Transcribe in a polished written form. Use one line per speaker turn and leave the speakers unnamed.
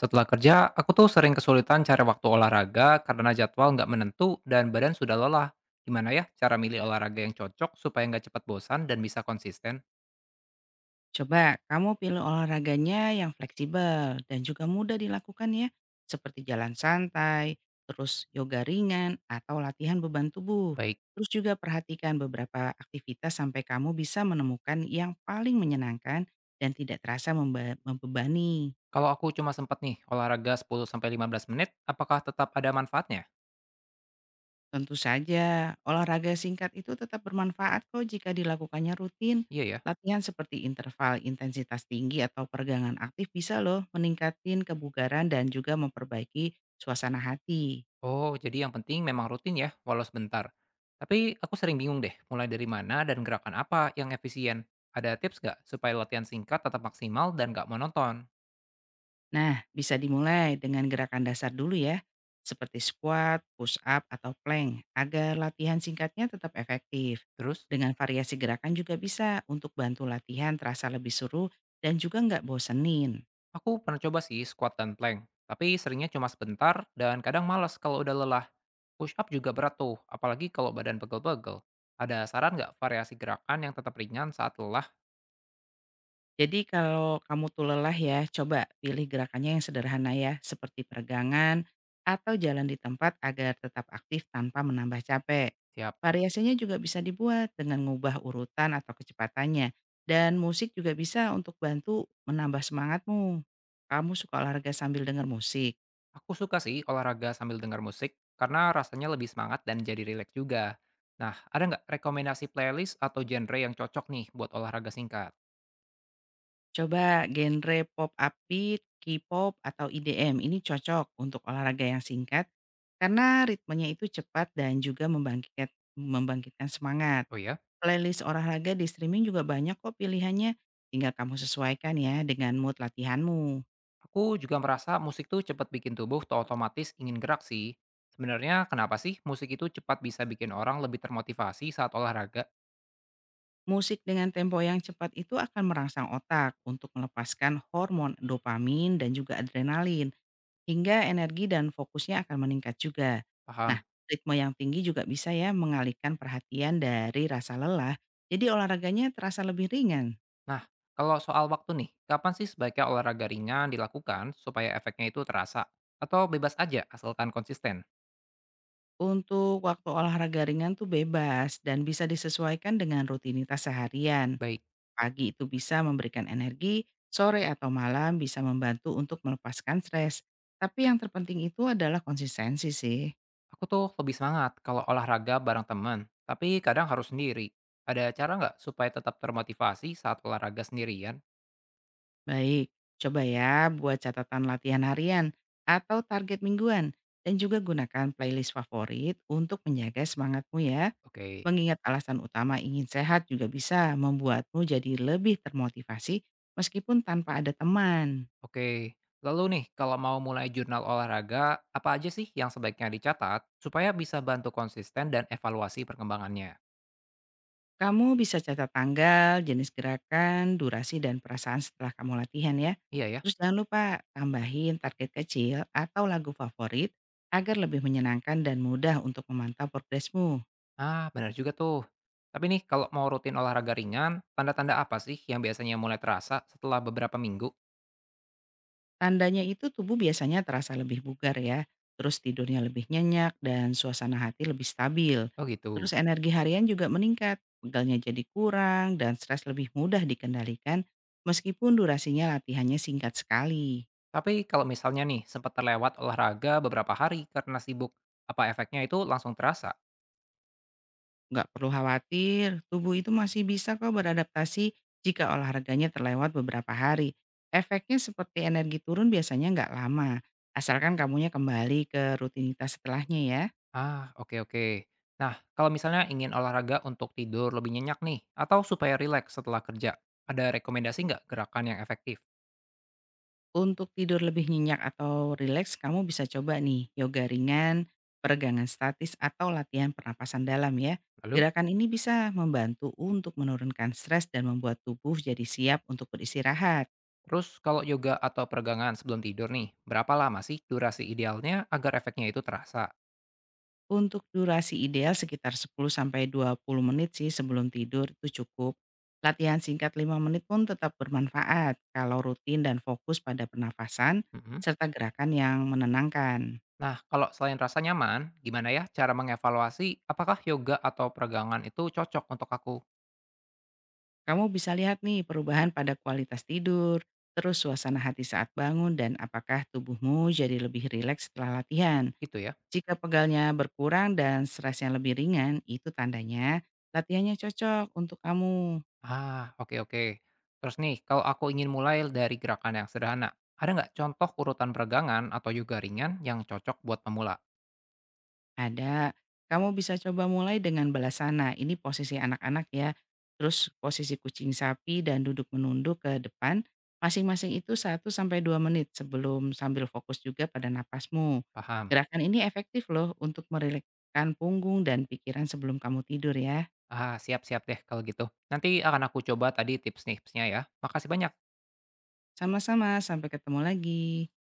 Setelah kerja, aku tuh sering kesulitan cari waktu olahraga karena jadwal nggak menentu dan badan sudah lelah. Gimana ya cara milih olahraga yang cocok supaya nggak cepat bosan dan bisa konsisten?
Coba kamu pilih olahraganya yang fleksibel dan juga mudah dilakukan ya, seperti jalan santai, terus yoga ringan atau latihan beban tubuh.
Baik,
Terus juga perhatikan beberapa aktivitas sampai kamu bisa menemukan yang paling menyenangkan dan tidak terasa membebani.
kalau aku cuma sempat nih olahraga 10-15 menit, apakah tetap ada manfaatnya?
Tentu saja, olahraga singkat itu tetap bermanfaat kok jika dilakukannya rutin.
Iya ya.
Latihan seperti interval intensitas tinggi atau peregangan aktif bisa loh meningkatkan kebugaran dan juga memperbaiki suasana hati.
Oh, jadi yang penting memang rutin ya, walau sebentar. Tapi aku sering bingung deh, mulai dari mana dan gerakan apa yang efisien. Ada tips nggak supaya latihan singkat tetap maksimal dan nggak monoton?
Nah, bisa dimulai dengan gerakan dasar dulu ya, seperti squat, push up, atau plank, agar latihan singkatnya tetap efektif.
Terus?
Dengan variasi gerakan juga bisa untuk bantu latihan terasa lebih seru dan juga nggak bosenin.
Aku pernah coba sih squat dan plank, tapi seringnya cuma sebentar dan kadang malas kalau udah lelah. Push up juga berat tuh, apalagi kalau badan pegel-pegel. Ada saran nggak variasi gerakan yang tetap ringan saat lelah?
Jadi kalau kamu tuh lelah ya, coba pilih gerakannya yang sederhana ya, seperti peregangan atau jalan di tempat agar tetap aktif tanpa menambah capek.
Siap.
Variasinya juga bisa dibuat dengan mengubah urutan atau kecepatannya. Dan musik juga bisa untuk bantu menambah semangatmu. Kamu suka olahraga sambil dengar musik?
Aku suka sih olahraga sambil dengar musik, karena rasanya lebih semangat dan jadi rileks juga. Nah, ada nggak rekomendasi playlist atau genre yang cocok nih buat olahraga singkat?
Coba genre pop upbeat, K-pop atau EDM ini cocok untuk olahraga yang singkat karena ritmenya itu cepat dan juga membangkitkan membangkitkan semangat.
Oh ya?
Playlist olahraga di streaming juga banyak kok pilihannya, tinggal kamu sesuaikan ya dengan mood latihanmu.
Aku juga merasa musik tuh cepat bikin tubuh tuh otomatis ingin gerak sih. Sebenarnya kenapa sih musik itu cepat bisa bikin orang lebih termotivasi saat olahraga?
Musik dengan tempo yang cepat itu akan merangsang otak untuk melepaskan hormon dopamin dan juga adrenalin. Hingga energi dan fokusnya akan meningkat juga. Nah,
Paham?
ritme yang tinggi juga bisa ya mengalihkan perhatian dari rasa lelah. Jadi olahraganya terasa lebih ringan.
Nah, kalau soal waktu nih, kapan sih sebaiknya olahraga ringan dilakukan supaya efeknya itu terasa? Atau bebas aja asalkan konsisten?
Untuk waktu olahraga ringan tuh bebas dan bisa disesuaikan dengan rutinitas seharian.
Baik,
Pagi itu bisa memberikan energi, sore atau malam bisa membantu untuk melepaskan stres. Tapi yang terpenting itu adalah konsistensi sih.
aku tuh lebih semangat kalau olahraga bareng teman, tapi kadang harus sendiri. Ada cara nggak supaya tetap termotivasi saat olahraga sendirian?
Baik, coba ya buat catatan latihan harian atau target mingguan dan juga gunakan playlist favorit untuk menjaga semangatmu ya.
Oke.
Mengingat alasan utama ingin sehat juga bisa membuatmu jadi lebih termotivasi meskipun tanpa ada teman.
Oke, lalu nih kalau mau mulai jurnal olahraga, apa aja sih yang sebaiknya dicatat supaya bisa bantu konsisten dan evaluasi perkembangannya?
Kamu bisa catat tanggal, jenis gerakan, durasi, dan perasaan setelah kamu latihan ya.
Iya ya?
Terus jangan lupa tambahin target kecil atau lagu favorit agar lebih menyenangkan dan mudah untuk memantau progresmu.
Ah, benar juga tuh. Tapi nih kalau mau rutin olahraga ringan, tanda-tanda apa sih yang biasanya mulai terasa setelah beberapa minggu?
Tandanya itu tubuh biasanya terasa lebih bugar ya, terus tidurnya lebih nyenyak dan suasana hati lebih stabil.
Oh
Terus
gitu.
energi harian juga meningkat, pegalnya jadi kurang dan stres lebih mudah dikendalikan meskipun durasinya latihannya singkat sekali.
Tapi kalau misalnya nih sempat terlewat olahraga beberapa hari karena sibuk, apa efeknya itu langsung terasa?
Nggak perlu khawatir, tubuh itu masih bisa kok beradaptasi jika olahraganya terlewat beberapa hari. Efeknya seperti energi turun biasanya nggak lama, asalkan kamunya kembali ke rutinitas setelahnya ya.
Ah, oke oke. Nah, kalau misalnya ingin olahraga untuk tidur lebih nyenyak nih, atau supaya rileks setelah kerja, ada rekomendasi nggak gerakan yang efektif?
Untuk tidur lebih nyenyak atau rileks, kamu bisa coba nih yoga ringan, peregangan statis atau latihan pernapasan dalam ya.
Lalu,
Gerakan ini bisa membantu untuk menurunkan stres dan membuat tubuh jadi siap untuk beristirahat.
terus kalau yoga atau peregangan sebelum tidur nih, berapa lama sih durasi idealnya agar efeknya itu terasa?
Untuk durasi ideal sekitar 10 sampai 20 menit sih sebelum tidur itu cukup. Latihan singkat 5 menit pun tetap bermanfaat kalau rutin dan fokus pada pernafasan
Mhm.
serta gerakan yang menenangkan.
Nah, kalau selain rasa nyaman, gimana ya cara mengevaluasi apakah yoga atau peregangan itu cocok untuk aku?
Kamu bisa lihat nih perubahan pada kualitas tidur, terus suasana hati saat bangun dan apakah tubuhmu jadi lebih rileks setelah latihan.
Gitu ya.
Jika pegalnya berkurang dan stresnya lebih ringan, itu tandanya latihannya cocok untuk kamu.
Ah, oke oke. Terus nih, kalau aku ingin mulai dari gerakan yang sederhana, ada nggak contoh urutan peregangan atau yoga ringan yang cocok buat pemula?
Ada. Kamu bisa coba mulai dengan belasana. Ini posisi anak-anak ya. Terus posisi kucing sapi dan duduk menunduk ke depan. Masing-masing itu satu sampai 2 menit sebelum sambil fokus juga pada napasmu.
Paham.
Gerakan ini efektif loh untuk merilekskan punggung dan pikiran sebelum kamu tidur ya.
Ah, siap-siap deh kalau gitu. Nanti akan aku coba tadi tips-tipsnya ya. Makasih banyak.
Sama-sama, sampai ketemu lagi.